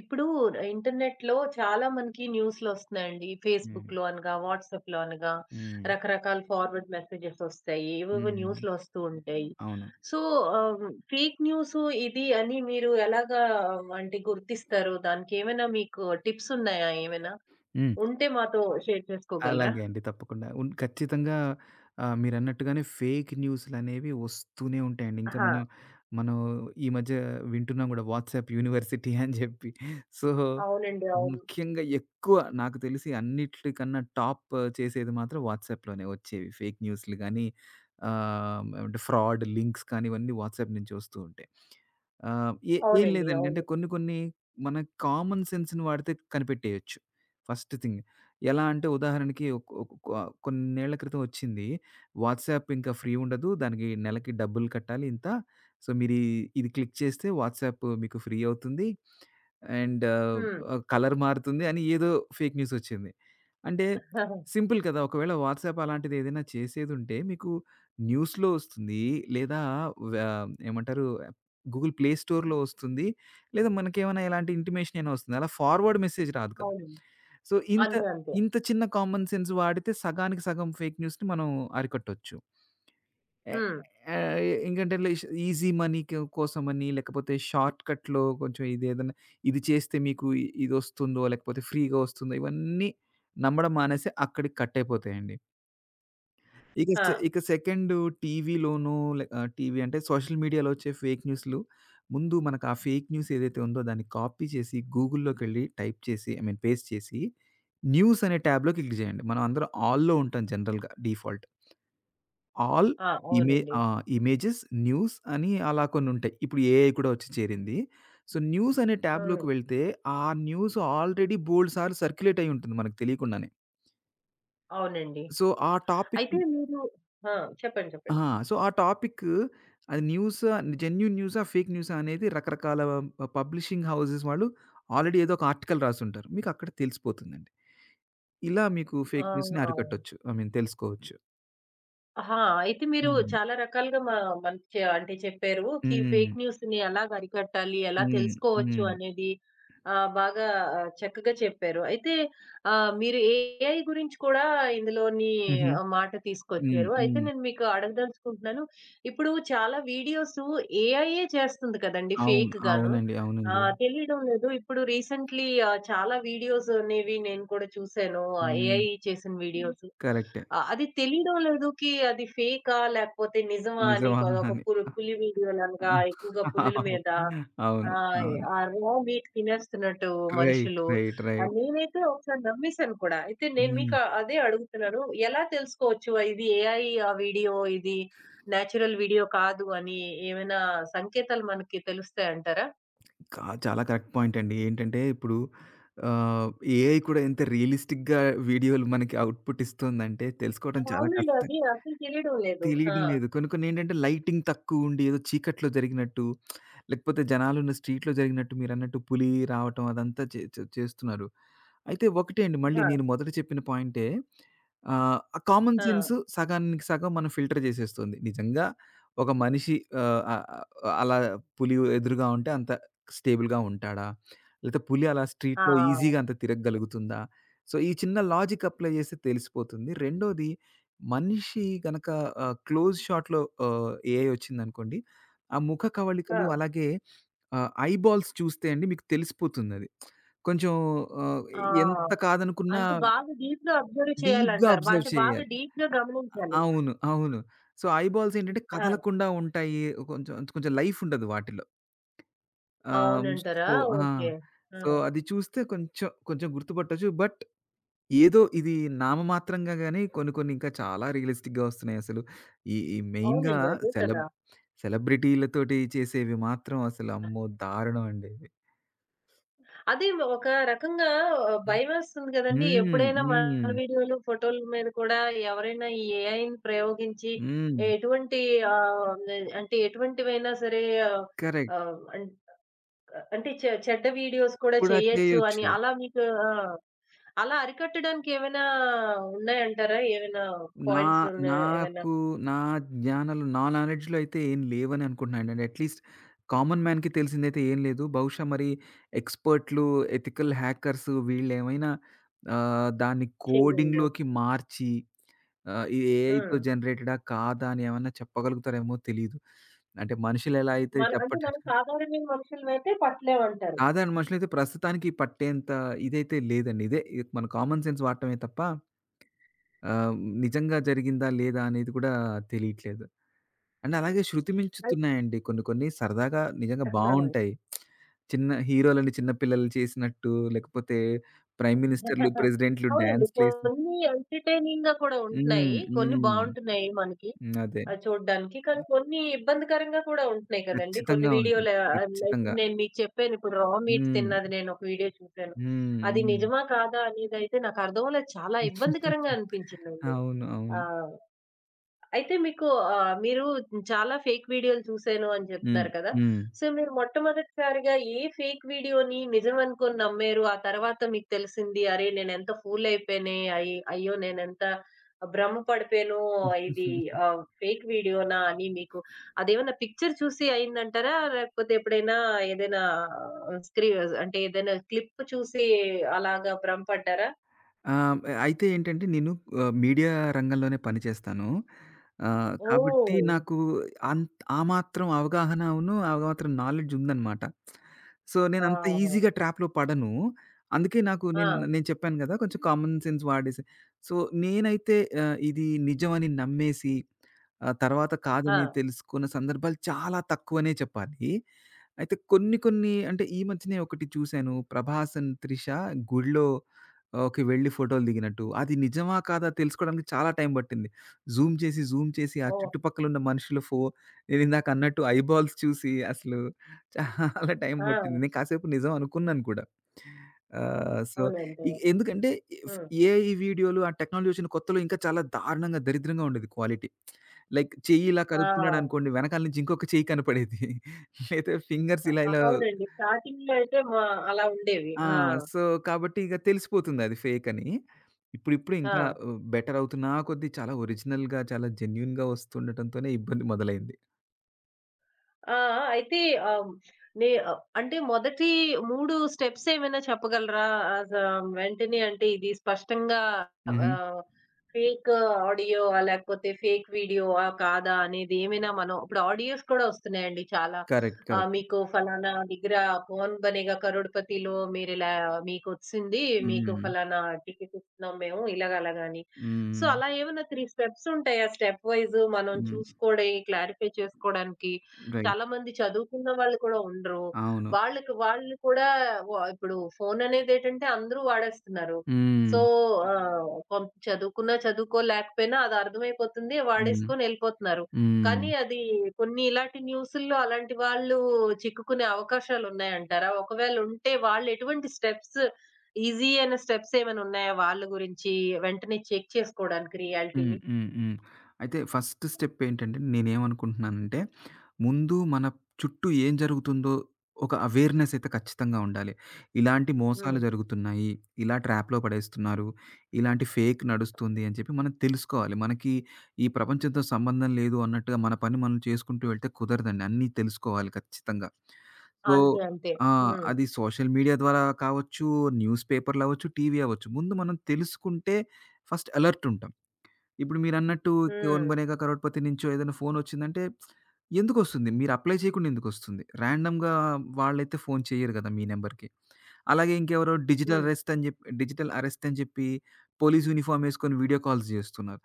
ఇప్పుడు ఇంటర్నెట్‌లో చాలా మనకి న్యూస్‌లొస్తున్నాయండి. హ్మ్. ఫేస్‌బుక్‌లో అనగా, వాట్సాప్‌లో అనగా, హ్మ్. రకరకాల ఫార్వర్డ్ మెసేజెస్ ఒస్తాయి. ఏవేవో హ్మ్. న్యూస్‌లొస్తూ ఉంటాయి. అవును. సో, ఆహ్, ఫేక్ న్యూస్ ఇది అని మీరు ఎలాగా అంటే గుర్తిస్తారు? దానికేమైనా మీకు టిప్స్ ఉన్నాయా ఏమైనా? హ్మ్. ఉంటే మాతో షేర్ చేసుకోగలరా? అలాగే అండి. తప్పకుండా. ఖచ్చితంగా. మీరన్నట్టుగానే ఫేక్ న్యూస్‌లనేవి వస్తూనే ఉంటాయండి. ఇంకా ఆహా! మనం, మనం ఈ మధ్య వింటున్నాం గూడా వాట్సాప్ యూనివర్సిటీ అని జెప్పి. సో, అవునండి, అవును. ముఖ్యంగా ఎక్కువ నాకు తెలిసి అన్నిట్లికన్నా టాప్ చేసేది మాత్రం వాట్సాప్‌లోనే వచ్చేవి. ఫేక్ న్యూస్‌లు గానీ, అంటే ఫ్రాడ్ లింక్స్ కానీ ఇవన్నీ వాట్సాప్ నుంచి వస్తూ ఉంటాయి. ఏం అవునండి, లేదండి. అంటే అవును. కొన్ని కొన్ని మన కామన్ సెన్స్‌ని వాడితే కనిపెట్టేయొచ్చు. First thing. ఎలా అంటే ఉదాహరణకి ఒక ఒక కొ కొన్నేళ్ల క్రితం వచ్చింది. వాట్సాప్ ఇంకా ఫ్రీ ఉండదు. దానికి నెలకి డబ్బులు కట్టాలి ఇంత. సో, మీరు ఇది క్లిక్ చేస్తే వాట్సాప్ మీకు ఫ్రీ అవుతుంది. అండ్ హ్మ్. కలర్ మారుతుంది అని ఏదో ఫేక్ న్యూస్ వచ్చింది. అంటే సింపుల్ కదా! ఒకవేళ వాట్సాప్ అలాంటిది ఏదైనా చేసేదుంటే మీకు న్యూస్‌లో వస్తుంది. లేదా వ ఏమంటారు, గూగుల్ ప్లే స్టోర్‌లో వస్తుంది. లేదా మనకేమైనా ఎలాంటి ఇంటిమేషన్ అయినా వస్తుంది. అలా ఫార్వర్డ్ మెసేజ్ రాదు కదా! అవును. సో, ఇంత అంతే, అంతే. ఇంత చిన్న కామన్ సెన్స్ వాడితే సగానికి సగం ఫేక్ న్యూస్‌ని మనం అరికట్టొచ్చు. ఎ హ్మ్. ఆహ్, ఇంకంటే లేష్ ఈజీ మనీ‌కి కోసమని, లేకపోతే షార్ట్‌కట్‌లో కొంచెం ఇదేదన్నా ఇది చేస్తే మీకు ఇదొస్తుందో, లేకపోతే ఫ్రీ‌గా వస్తుందో, ఇవన్నీ నమ్మడం మానేసి అక్కడికి కట్టయిపోతాయండి. ఆ, ఇక సెకండు టీవీలోనూ లే టీవీ అంటే సోషల్ మీడియాలో వచ్చే ఫేక్ న్యూస్‌లు, ముందు మనకు ఆ ఫేక్ న్యూస్ ఏదైతే ఉందో దాన్ని కాపీ చేసి గూగుల్‌లోకెళ్ళి టైప్ చేసి, ఐ మీన్, పేస్ట్ చేసి, న్యూస్ అనే ట్యాబ్‌లో క్లిక్ చేయండి. మనం అందరం ఆల్‌లో ఉంటాం జనరల్‌గా, డిఫాల్ట్. ఆల్ ఆ! ఇమే అవునండి. ఆ! ఇమేజెస్, న్యూస్ అని అలా కొన్నుంటాయి. ఇప్పుడు ఏఐ కూడా వచ్చి చేరింది. సో, న్యూస్ అనే ట్యాబ్‌లోకి హ్మ్. వెళ్తే, ఆ న్యూస్ ఆల్రెడీ బోలెడు సార్లు సర్క్యులేట్ అయ్యి ఉంటుంది మనకు తెలియకుండానే. అవునండి. సో, ఆ టాపిక్ అయితే మీరు ఆ, చెప్పండి, ఆ! చెప్పండి. సో, ఆ టాపిక్ అది న్యూసా, జెన్యూన్ న్యూసా, ఫేక్ న్యూసా అనేది రకరకాల పబ్లిషింగ్ హౌసెస్ వాళ్ళు ఆల్రెడీ ఏదో ఒక ఆర్టికల్ రాసుంటారు. మీకు అక్కడ తెలిసిపోతుందండి. ఇలా మీకు ఆ! ఫేక్ న్యూస్‌ని అరికట్టొచ్చు. ఐ మీన్, తెలుసుకోవచ్చు. ఆహా! అయితే మీరు హ్మ్. చాలా రకాలుగా మంచి అంటే చెప్పారు. ఫేక్ హ్మ్. న్యూస్‌ని ఎలాగ అరికట్టాలి, ఎలా హ్మ్. తెలుసుకోవచ్చు హ్మ్. అనేది బాగా, చక్కగా చెప్పారు. అయితే మీరు ఏఐ గురించి కూడా ఇందులోని హుహు. మాట హ్మ్. తీసుకొచ్చారు. అయితే హ్మ్. నేను మీకు అడగదలుచుకుంటున్నాను. ఇప్పుడు చాలా వీడియోస్ ఏఐయే చేస్తుంది కదండీ అవును. ఫేక్‌గాను. అవునండి. అవునండి. తెలియడం లేదు. ఇప్పుడు రీసెంట్‌లీ, చాలా వీడియోస్ అనేవి నేను కూడా చూసాను. హ్మ్. ఏఐ చేసిన వీడియోస్. కరెక్టే. ఆ! అది తెలీడం లేదుకి అది ఫేకా? లేకపోతే నిజమా అని, నిజమా అదొక అని. పులి పులి వీడియోలనగా, ఎక్కువగా పులుల మీద అవును. ఆహ్, అవును. ఆ రా మీట్ తినేస్తున్నట్టు రైట్. మనుషులు. రైట్. రైట్. నేనైతే ఒకసారి నమ్మేసాను కూడా. అయితే నేను మీకు హ్మ్. అదే అడుగుతున్నాను. ఎలా తెలుసుకోవచ్చు ఆ ఇది ఏఐ ఆ వీడియో, ఇది నేచురల్ వీడియో కాదు అని ఏమైనా సంకేతాలు మనకి తెలుస్తాయంటారా? చాలా కరెక్ట్ పాయింట్ అండి. ఏంటంటే ఇప్పుడు ఆహ్, ఏఐ కూడా ఎంత రియలిస్టిక్‌గా వీడియోలు మనకి అవుట్‌పుట్ ఇస్తుందంటే, తెలుసుకోవడం చాలా అవునండి. కష్టం. అది అసలు తెలియడం లేదు. ఆ, తెలియడం లేదు. కొన్ని కొన్నేంటంటే లైటింగ్ తక్కువుండి ఏదో చీకట్లో జరిగినట్టు, లేకపోతే జనాలున్న స్ట్రీట్‌లో జరిగినట్టు, మీరన్నట్టు పులి రావటం అదంతా చే చే చేస్తున్నారు. అయితే ఒకటే అండి, మళ్ళీ ఆ, నేను మొదట చెప్పిన పాయింటే. ఆ కామన్ సెన్స్ సగానికి సగం మనం ఫిల్టర్ చేసేస్తుంది. నిజంగా ఒక మనిషి ఆహ్, ఆహ్, అలా పులి ఎదురుగా ఉంటే అంత స్టేబుల్‌గా ఉంటాడా? లేతే పులి అలా ఆ, స్ట్రీట్‌లో ఆ, ఈజీగా అంత తిరగగలుగుతుందా? సో, ఈ చిన్న లాజిక్ అప్లై చేస్తే తెలిసిపోతుంది. రెండోది, మనిషి గనక క్లోజ్ షాట్‌లో ఏఐ వచ్చిందనుకోండి. ఆ ముఖ ఆ, కవళికలు అలాగే ఐబాల్స్ చూస్తే అండి, మీకు తెలిసిపోతుందది. కొంచెం ఆహ్, ఆ! ఎంత కాదనుకున్నా అంటే బాగా డీప్‌గా అబ్జర్వ్ డీప్‌గా చేయాలంటారు. అబ్జర్వ్ అంటే బాగా చేయాలి. డీప్‌గా గమనించాలి. అవును. అవును. సో, ఐబాల్స్ ఏంటంటే ఆ! కదలకుండా ఉంటాయి. కొంచెం కొంచెం లైఫ్ ఉండదు వాటిలో. ఆహ్, అవునంటారా? సో ఆ! ఓకే. ఆ! సో, అది చూస్తే కొంచెం కొంచెం గుర్తుపట్టొచ్చు. బట్ ఏదో ఇది నామమాత్రంగా గాని, కొన్ని, కొన్ని ఇంకా చాలా రియలిస్టిక్‌గా వస్తున్నాయసలు. ఈ ఈ మెయిన్‌గా అవునండి. అదే సెలబ్ కదా! సెలబ్రిటీలతోటి చేసేవి మాత్రం అసలు అమ్మో! దారుణం అండి ఇవి. అదే ఒక రకంగా భయమేస్తుంది కదండీ! హ్మ్. ఎప్పుడైనా మన హ్మ్. వీడియోలు, ఫోటోల మీద కూడా ఎవరైనా ఈ ఏఐని ప్రయోగించి హ్మ్. ఎటువంటి, ఆహ్, అంటే ఎటువంటివైనా సరే, ఆహ్, కరెక్ట్. ఆహ్, అంటే చెడ్డ వీడియోస్ కూడా కూడా చేయొచ్చు అని, చేయొచ్చు. అలా మీకు ఆ! అలా అరికట్టడానికి ఏమైనా ఉన్నాయంటారా? ఏమైనా నా పాయింట్స్ ఉన్నాయా? ఏమైనా నాకు నా జ్ఞానంలో, నాలెడ్జ్‌లో అయితే ఏం లేవని అనుకుంటున్నానండి. అట్‌లీస్ట్ కామన్ మ్యాన్‌కి తెలిసిందైతే ఏం లేదు. బహుశా మరి ఎక్స్‌పర్ట్‌లు, ఎథికల్ హ్యాకర్స్ వీళ్ళేమైనా దాన్ని చేయగలరా? కోడింగ్‌లోకి మార్చి, ఆ! ఇది ఆ! ఏఐతో జనరేటెడా? కాదా? అని ఏమన్నా చెప్పగలుగుతారేమో తెలీదు. అంటే మనుషులెలా అయితే మనం అంటే చెప్పటం, మనం సాధారణమైన మనుషులమైతే పట్టలేమంటారు. సాధారణ మనుషులైతే ప్రస్తుతానికి పట్టేంత ఇదైతే లేదండి. ఇదే మన కామన్ సెన్స్ వాడటమే తప్ప ఆహ్, నిజంగా జరిగిందా? లేదా? అనేది కూడా తెలియట్లేదు. అండ్ అలాగే శృతి అయి మించుతున్నాయండి కొన్ని కొన్ని, సరదాగా నిజంగా ఆ! బావుంటాయి. చిన్న హీరోలని చిన్న పిల్లలు చేసినట్టు, లేకపోతే ప్రైమ్ మినిస్టర్‌లు, ప్రెసిడెంట్‌లు అవునండి. డాన్స్‌లేసి. కొన్ని ఎంటర్‌టైనింగ్‌గా కూడా హ్మ్. ఉంటున్నాయి. కొన్ని హ్మ్. బావుంటున్నాయి మనకి అదే. చూడ్డానికి. కానీ కొన్ని ఇబ్బందికరంగా కూడా ఉంటున్నాయి కదండీ! కొన్ని ఖచ్చితంగా ఉంటాయి. వీడియోలు లైక్, ఖచ్చితంగా. నేను మీకు చెప్పాను. ఇప్పుడు రా మీట్ హ్మ్. తిన్నది నేను ఒక వీడియో చూసాను. హ్మ్. అది హ్మ్. నిజమా? కాదా? అనేదైతే నాకు అర్థం అవ్వలేదు. చాలా ఇబ్బందికరంగా అనిపించిందండి. అవును. అవును. ఆ! అయితే మీకు, మీరు చాలా ఫేక్ వీడియోలు చూసాను అని హ్మ్. చెప్తున్నారు కదా! సో, మీరు మొట్టమొదటిసారిగా ఏ ఫేక్ వీడియోని నిజం అనుకోని నమ్మారు? ఆ తర్వాత మీకు తెలిసింది, అరే! నేనెంత ఫూల్ అయిపోయానే. అయ్యో! నేనెంత భ్రమ పడిపోయాను. ఇది హ్మ్. ఫేక్ వీడియోనా అని మీకు అదేమన్నా పిక్చర్ చూసి అయిందంటారా? లేకపోతే ఎప్పుడైనా ఏదైనా స్క్రీ అంటే ఏదైనా క్లిప్ చూసి అలాగా భ్రమ పడ్డారా? ఆహ్, అయితే ఏంటంటే, నేను మీడియా రంగంలోనే పని చేస్తాను. కాబట్టి ఓహ్! నాకు ఆ మాత్రం అవగాహనను, ఆ మాత్రం నాలెడ్జ్ ఉందన్నమాట. సో, నేనంత ఆహా! ఈజీగా ట్రాప్‌లో పడను. అందుకే నాకు నేను ఆ, నేను చెప్పాను గదా, కొంచెం కామన్ సెన్స్ వాడేసి. సో, నేనైతే ఇది నిజమని నమ్మేసి, తర్వాత ఆ! కాదని తెలుసుకున్న సందర్భాలు చాలా తక్కువనే చెప్పాలి. అయితే కొన్ని కొన్ని, అంటే ఈ మధ్యనే ఒకటి చూసాను. 'ప్రభాస్ అండ్ త్రిష' గుడిలో, ఓకే, వెళ్లి ఫోటోలు దిగినట్టు. అది నిజమా? కాదా? తెలుసుకోడానికి చాలా టైం పట్టింది. జూమ్ చేసి, జూమ్ చేసి ఆ ఓహ్! చుట్టుపక్కలున్న మనుషుల నేనిందాకన్నట్టు ఐబాల్స్ చూసి అసలు చాలా టైం ఆ! పట్టింది. నేను కాసేపు నిజం అనుకున్నాను కూడా. సో, అవునండి. ఎందుకంటే ఆ, ఇఫ్ ఏఐ వీడియోలు, ఆ టెక్నాలజీ వచ్చిన కొత్తలో ఇంకా చాలా దారుణంగా, దరిద్రంగా ఉండేది క్వాలిటీ. లైక్, చెయ్యి ఇలా ఆ! కదుపుతున్నాడనుకోండి, వెనకాల నుంచి ఇంకొక చెయ్యి కనపడేది. లేదా ఫింగర్స్ ఇలా ఇలా. అవునండి. స్టార్టింగ్‌లో అయితే అలా ఉండేవి. ఆ! ఆ, సో, కాబట్టి ఇక తెలిసిపోతుందది ఫేకని. ఇప్పుడిప్పుడు ఇంకా ఆ, బెటరవుతున్నా కొద్దీ చాలా ఒరిజినల్‌గా, చాలా జెన్యూన్‌గా వస్తుండటంతోనే ఇబ్బంది మొదలైంది. ఆ, ఆ! అయితే, ఆహ్, అంటే మొదటి 3 స్టెప్స్ ఏమైనా చెప్పగలరా? అస వెంటనే, అంటే ఇది స్పష్టంగా హుహు. ఆహ్, ఫేక్ ఆడియో లేకపోతే ఫేక్ వీడియో‌ఆ కాదా అనేది ఏమైనా, మనం ఇప్పుడు ఆడియోస్ కూడా వస్తున్నాయండి చాలా. కరెక్ట్. కరెక్ట్. మీకు ఫలానా దగ్గర 'కౌన్ బనేగా కరోడ్‌పతిలో' మీరిలా మీకొచ్చింది. మీకు హ్మ్. ఫలానా టికెట్ ఇస్తున్నాం మేము, ఇలాగ అలాగ అని. సో, హ్మ్. అలా ఏమన్నా 3 స్టెప్స్ ఉంటాయా? స్టెప్ వైస్ మనం హ్మ్. చూసుకోవడం, క్లారిఫై చేసుకోవడానికి. రైట్. చాలా మంది చదువుకున్న వాళ్ళు కూడా ఉండరు. అవును. వాళ్ళకి వాళ్ళు కూడా ఇప్పుడు ఫోన్ అనేదేటంటే అందరూ వాడేస్తున్నారు. హ్మ్. సో, చదువుకున్నా చదువుకోలేకపోయినా అది అర్థమైపోతుంది. హ్మ్. వాడేసుకొని ఎళ్ళిపోతున్నారు. హ్మ్. కానీ అది, కొన్ని ఇలాంటి న్యూసుల్లో అలాంటి వాళ్ళు చిక్కుకునే అవకాశాలున్నాయంటారా? ఒకవేళ ఉంటే వాళ్ళు ఎటువంటి స్టెప్స్, ఈజీ అయిన స్టెప్స్ ఏమైనా ఉన్నాయా వాళ్ళ గురించి వెంటనే చెక్ చేసుకోవడానికి హ్మ్. రియాలిటీని? హ్మ్. హ్మ్. అయితే ఫస్ట్ స్టెప్ ఏంటంటే నేనేమనుకుంటున్నానంటే, ముందు మన చుట్టూ ఏం జరుగుతుందో ఒక అవేర్‌నెస్ అయితే ఖచ్చితంగా ఉండాలి. ఇలాంటి మోసాలు హ్మ్. జరుగుతున్నాయి, ఇలా ట్రాప్‌లో పడేస్తున్నారు, ఇలాంటి ఫేక్ నడుస్తుంది అని చెప్పి మనం తెలుసుకోవాలి. మనకి ఈ ప్రపంచంతో సంబంధం లేదు అన్నట్టుగా మన పని మనం చేసుకుంటూ వెళ్తే కుదరదండి. అన్నీ తెలుసుకోవాలి ఖచ్చితంగా. సో అంతే, అంతే. ఆ! హ్మ్. అది సోషల్ మీడియా ద్వారా కావచ్చు, న్యూస్ పేపర్‌లు అవ్వచ్చు, టీవీ అవ్వచ్చు. ముందు మనం తెలుసుకుంటే ఫస్ట్ అలర్ట్ ఉంటాం. ఇప్పుడు మీరన్నట్టు 'కौन హ్మ్. बनेगा करोड़पति' నుంచో ఏదైనా ఫోనొచ్చిందంటే ఎందుకొస్తుంది? మీరు అప్లై చేయకుండా ఎందుకొస్తుంది? రాండమ్‌గా వాళ్ళైతే ఫోను చెయ్యరు గదా, మీ నంబర్‌కి. అలాగే ఇంకెవరో హ్మ్. డిజిటల్ అరెస్ట్ అని జెప్పి, పోలీస్ యూనిఫార్మ్ యేసుకొని వీడియో కాల్స్ జేస్తున్నారు.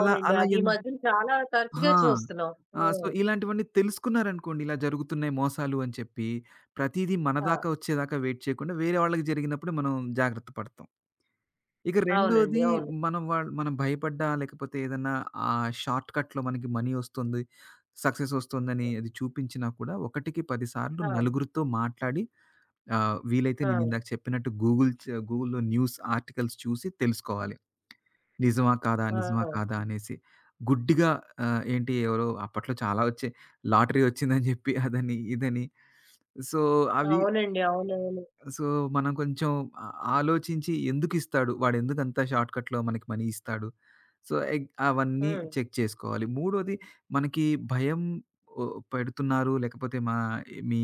అలా అలా అది ఈ ఎన్ మధ్యన చాలా తరచుగా ఆ! చూస్తున్నాం. ఆ! సో, హ్మ్. ఇలాంటివన్నీ తెలుసుకున్నారనుకోండి, ఇలా జరుగుతున్నాయి మోసాలు అని చెప్పి, ప్రతీదీ మన ఆ! దాకా వచ్చేదాకా వెయిట్ చేయకుండా వేరే వాళ్ళకి జరిగినప్పుడు మనం జాగ్రత్త పడతాం. ఇక అవునండి, రెండోది, అవును. మనం భయపడ్డా, లేకపోతే ఏదన్నా షార్ట్‌కట్‌లో మనకి మనీ ఒస్తుంది, సక్సెస్ ఒస్తుందని హ్మ్. అది చూపించినా కూడా, ఒకటికి 10 సార్లు ఆ, నలుగురితో మాట్లాడి, వీలైతే ఆ, నేనిందాక చెప్పినట్టు గూగుల్‌లో న్యూస్ ఆర్టికల్స్ చూసి తెలుసుకోవాలి. నిజమా? కాదా? నిజమా? ఆ! కాదా? అనేసి. గుడ్డిగా ఏంటి, ఎవరో అప్పట్లో చాలా ఒచ్చాయి. లాటరీ ఒచ్చిందని జెప్పి అదని, ఇదని. సో, అవి అవునండి. అవునవును. సో, మనం కొంచెం ఆ ఆలోచించి, ఎందుకిస్తాడు? వాడెందుకంత షార్ట్‌కట్‌లో మనకి మనీ ఇస్తాడు? సో, ఎగ్ అవన్నీ హ్మ్. చెక్ చేసుకోవాలి. మూడోది, మనకి భయం ఒ పెడుతున్నారు, లేకపోతే మా మీ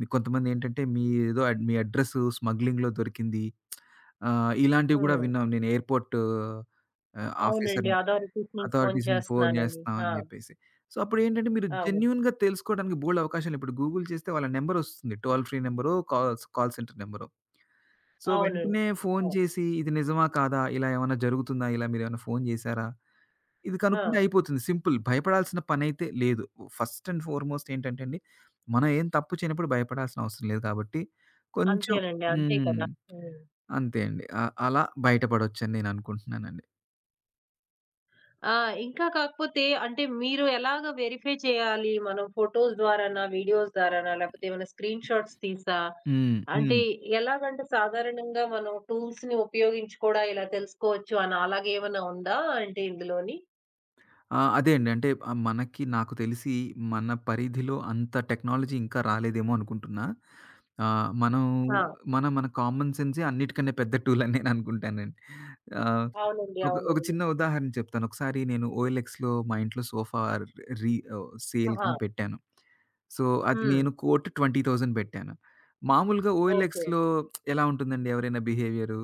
మీ కొంతమందేంటంటే మీ ఏదో మీ అడ్రెస్సు స్మగ్లింగ్‌లో దొరికింది. ఇలాంటివి గూడా హ్మ్. విన్నాం. నేను ఎయిర్‌పోర్టు అవునండి. ఆఫీసర్‌ని, అథారిటీస్ నుంచి ఫోను అథారిటీస్‌ని ఫోను చేస్తున్నానని. జేస్తున్నా అని ఆ! జెప్పేసి. సో, అప్పుడేంటంటే మీరు అవును, జెన్యూన్‌గా తెలుసుకోవడానికి బోలెడు అవకాశాలు. ఇప్పుడు గూగుల్ చేస్తే వాళ్ళ నంబరొస్తుంది. టోల్ ఫ్రీ నంబరో, కాల్ సెంటర్ నంబరో. సో, అవును. వెంటనే ఫోను ఆ, చేసి ఇది నిజమా? కాదా? ఇలా ఏమన్నా జరుగుతుందా? ఇలా మీరేమైనా ఫోను చేసారా? ఇది ఆ! కనుక్కుంటే అయిపోతుంది. సింపుల్. భయపడాల్సిన పనైతే లేదు. ఫస్ట్ అండ్ ఫార్‌మోస్ట్ ఏంటంటే అండి, మనం ఏం తప్పు చేయనప్పుడు భయపడాల్సిన అవసరం లేదు కాబట్టి, కొంచెం. అంతేనండి. అంతే హ్మ్. కదా! హ్మ్. అంతే అండి. అలా బయటపడొచ్చని నేననుకుంటున్నానండి. ఆ! ఇంకా కాకపోతే, అంటే మీరు ఎలాగ వెరిఫై చేయాలి? మనం ఫోటోస్ ద్వారానా? వీడియోస్ ద్వారానా? లేకపోతే ఏమైనా స్క్రీన్ షాట్స్ తీసా? హ్మ్. అంటే, హ్మ్. ఎలాగంటే సాధారణంగా మనం టూల్స్‌ని ఉపయోగించి కూడా ఇలా తెలుసుకోవచ్చు అని అలాగేమన్నా ఉందా అంటే ఇందులోని? ఆ! అదే అండి. అంటే మనకి, నాకు తెలిసి, మన పరిధిలో అంత టెక్నాలజీ ఇంకా రాలేదేమో అనుకుంటున్నా. మనం ఆ! మనం మన కామన్ సెన్సే అన్నిటికన్నా పెద్ద టూల్ అని నేననుకుంటానండి. ఆహ్, అవునండి. ఒక ఒక అవునవును. చిన్న ఉదాహరణ చెప్తాను. ఒకసారి నేను ఓఎల్ఎక్స్‌లో మా ఇంట్లో సోఫా ఆహా! సేల్‌కని పెట్టాను. సో, అది హ్మ్. నేను కోట్ 20,000 పెట్టాను. మామూలుగా ఓకే. ఓఎల్ఎక్స్‌లో ఎలా ఉంటుందండి ఎవరైనా బిహేవియరు?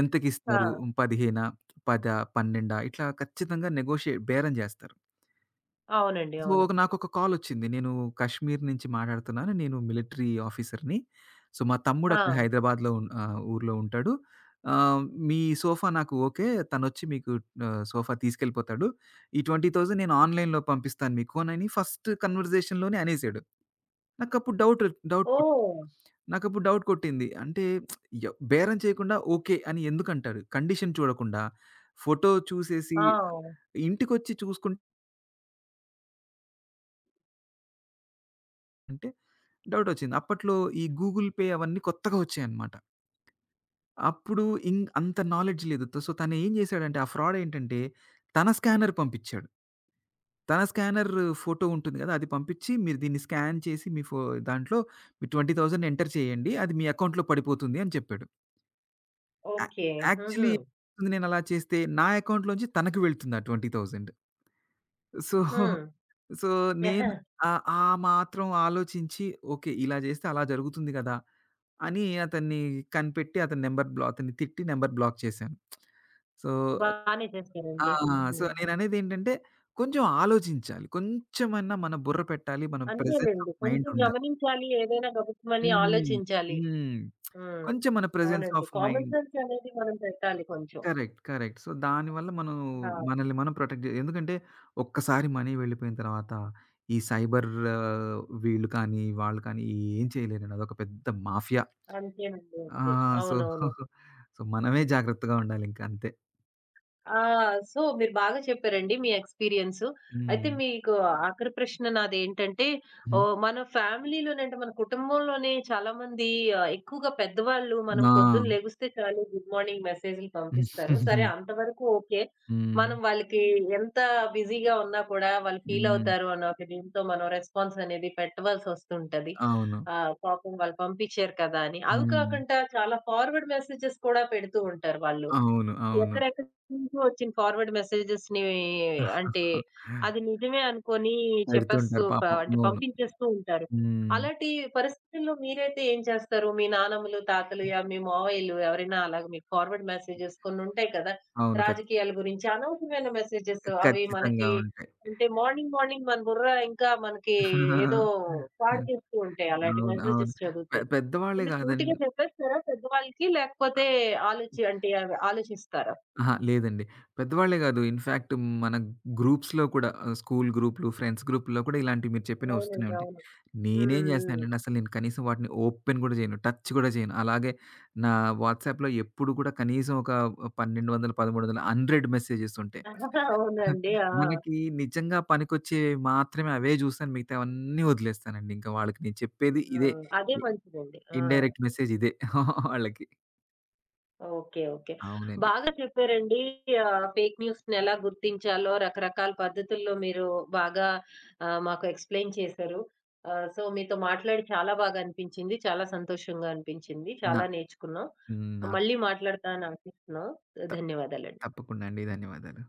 ఎంతకిస్తారు? ఆ! 15, పదా? 12, ఇట్లా ఖచ్చితంగా నెగోషియేట్, బేరం చేస్తారు. అవునండి, సో, అవును. నాకొక కాలొచ్చింది. నేను కశ్మీర్ నుంచి మాట్లాడుతున్నాను. నేను మిలిటరీ ఆఫీసర్‌ని. సో, మా తమ్ముడు ఆ! అక్కడ హైదరాబాద్‌లో ఊర్లో ఉంటాడు. ఆహ్, మీ సోఫా నాకు ఓకే. తనొచ్చి మీకు సోఫా తీసుకెళ్ళిపోతాడు. ఈ 20,000 నేను ఆన్‌లైన్‌లో పంపిస్తాను మీకు అనని ఫస్ట్ కన్వర్జేషన్‌లోనే అనేసాడు. నాకప్పుడు డౌట్ డౌట్ కొట్ ఓహ్! నాకప్పుడు డౌట్ కొట్టింది. అంటే బేరం చేయకుండా ఓకే అని ఎందుకంటాడు? కండిషన్ చూడకుండా, ఫోటో చూసేసి, ఆ! ఇంటికొచ్చి చూసుకుంటే డౌటొచ్చింది. అప్పట్లో ఈ గూగుల్ పే అవన్నీ కొత్తగా వచ్చాయన్నమాట. అప్పుడు అంత నాలెడ్జ్ లేదు. సో, తనేం జేశాడంటే, ఆ ఫ్రాడ్ ఏంటంటే, తన స్కానర్ పంపిచ్చాడు. తన స్కానర్ ఫోటో ఉంటుంది గదా, అది పంపిచ్చి, మీరు దీన్ని స్కాన్ చేసి మీ ఫో దాంట్లో మీరు 20,000 ఎంటర్ చేయండి. అది మీ అకౌంట్‌లో పడిపోతుంది అని చెప్పాడు. Yeah okay. హుహు. యాక్చువల్లీ నేనలా చేస్తే, నా అకౌంట్‌లోంచి తనకి వెళ్తుంది ఆ 20,000. సో హ్మ్. సో, నేను ఆ మాత్రం ఆలోచించి, ఓకే, ఇలా చేస్తే అలా జరుగుతుంది గదా అని అతన్ని కనిపెట్టి, అతని నంబర్ బ్లా అతన్ని తిట్టి నంబర్ బ్లాక్ చేశాను. సో బానే ఆ! చేస్తారండి. సో, హ్మ్. నేననేదేంటంటే కొంచెం ఆలోచించాలి. కొంచెమన్నా మన బుర్ర పెట్టాలి. మన ప్రెజెన్స్ ఆఫ్ అంతేలెండి. మైండ్ కొంచెం ఉండాలి. గమనించాలి. ఏదైనా గబుక్కుమని హ్మ్. ఆలోచించాలి. హ్మ్. హ్మ్. కొంచెం మన ప్రెజెన్స్ అవునండి. Of common mind. సెన్స్ అనేది మనం పెట్టాలి కొంచెం. కరెక్ట్. కరెక్ట్. సో, దానివల్ల మనం ఆ! మనల్ని మనం ప్రొటెక్ట్ జే ఎందుకంటే ఒక్కసారి మనీ వెళ్ళిపోయిన తర్వాత ఈ సైబర్ వీళ్ళు కానీ, వాళ్ళు కానీ ఏం చేయలేరండి. అదొక పెద్ద మాఫియా. అంతేనండి, అంతే. ఆ! సో, అవునవును. సో, మనమే జాగ్రత్తగా ఉండాలింక అంతే. ఆ! సో, మీరు బాగా చెప్పారండి మీ ఎక్స్‌పీరియన్సు. అయితే హ్మ్. మీకు ఆఖరి ప్రశ్న నాదేంటంటే, హ్మ్. ఓహ్, మన ఫ్యామిలీ‌లోనే, అంటే మన కుటుంబంలోనే చాలామంది, ఎక్కువగా పెద్దవాళ్ళు, మనం ఆ! పొద్దున్న లెగుస్తే చాలు గుడ్ మార్నింగ్ మెసేజ్‌లు పంపిస్తారు. సరే, అంతవరకు ఓకే. హ్మ్. మనం వాళ్ళకి ఎంత బిజీగా ఉన్నా కూడా వాళ్ళు హ్మ్. ఫీలవుతారు అన్న ఒక దీంతో మనం రెస్పాన్స్ అనేది పెట్టవలసొస్తుంటది. అవును. పాపం వాళ్ళు పంపించారు కదా అని. అవి హ్మ్. కాకుండా చాలా ఫార్వర్డ్ మెసేజెస్ కూడా పెడుతూ ఉంటారు వాళ్ళు. అవును. అవును. ఎక్కడెక్కడి నుంచో వచ్చిన ఫార్వర్డ్ మెసేజెస్‌ని, అంటే, అది నిజమే అనుకోని చెప్పేస్తూ పెడుతుంటారు పాపం. అంటే అవును. పంపించేస్తూ ఉంటారు. హ్మ్. అలాంటి పరిస్థితుల్లో మీరైతే ఏం చేస్తారు? మీ నానమ్మలు, తాతలు, యా మీ మావయ్యలు, ఎవరైనా అలాగ మీకు ఫార్వర్డ్ మెసేజెస్ కొన్నుంటాయి కదా! అవును. రాజకీయాల గురించి అనవసరమైన మెసేజెస్, అవి ఖచ్చితంగా మనకి, ఉంటాయి. అంటే మార్నింగ్, మార్నింగ్ మన బుర్ర ఇంకా మనకి ఏదో పాడు చేస్తూ ఉంటాయి, అలాంటి అవును. అవును. మెసేజెస్ చదివితే. పెద్దవాళ్ళే మీరు సూటిగా గాదండి. చెప్పేస్తారా పెద్దవాళ్ళకి? లేకపోతే ఆలోచి, అంటే అవి ఆలోచిస్తారా? అహా! లేదండి. పెద్దవాళ్ళే గాదు. ఇన్‌ఫాక్ట్ మన గ్రూప్స్‌లో కూడా స్కూల్ గ్రూప్‌లు, ఫ్రెండ్స్ గ్రూప్‌లో కూడా ఇలాంటివి మీరు చెప్పినవి వస్తూనే అవునండి, ఉంటాయి. అవును. నేనేం హ్మ్. చేస్తానంటే అసలు నేను కనీసం వాటిని ఓపెన్ గూడా జేయను. టచ్ గూడా జేయను. అలాగే నా వాట్సాప్‌లో ఎప్పుడు కూడా కనీసం ఒక 1200, 1300, 100 మెసేజెస్ ఉంటాయి. హ్మ్. అవునండి. ఆ, మనకి నిజంగా పనికొచ్చేవి మాత్రమే అవే జూస్తాను. మిగతావన్నీ వదిలేస్తానండి. ఇంకా వాళ్ళకి నేను చెప్పేది ఆ! ఇదే. అదే మంచిదండి. ఆ! ఇండైరెక్ట్ మెసేజ్ ఇదే వాళ్ళకి. Okay, okay. అవునండి. బాగా చెప్పారండి. ఫేక్ న్యూస్‌ని ఎలా గుర్తించాలో రకరకాల పద్ధతుల్లో మీరు బాగా, మాకు ఎక్స్‌ప్లెయిన్ చేశారు. సో, మీతో మాట్లాడి చాలా బాగా అనిపించింది. చాలా సంతోషంగా అనిపించింది. నా చాలా నేర్చుకున్నాం. హ్మ్. నా మళ్ళీ మాట్లాడతా అని ఆశిస్తున్నాం. త ధన్యవాదాలండి. తప్పకుండా అండి. ధన్యవాదాలు.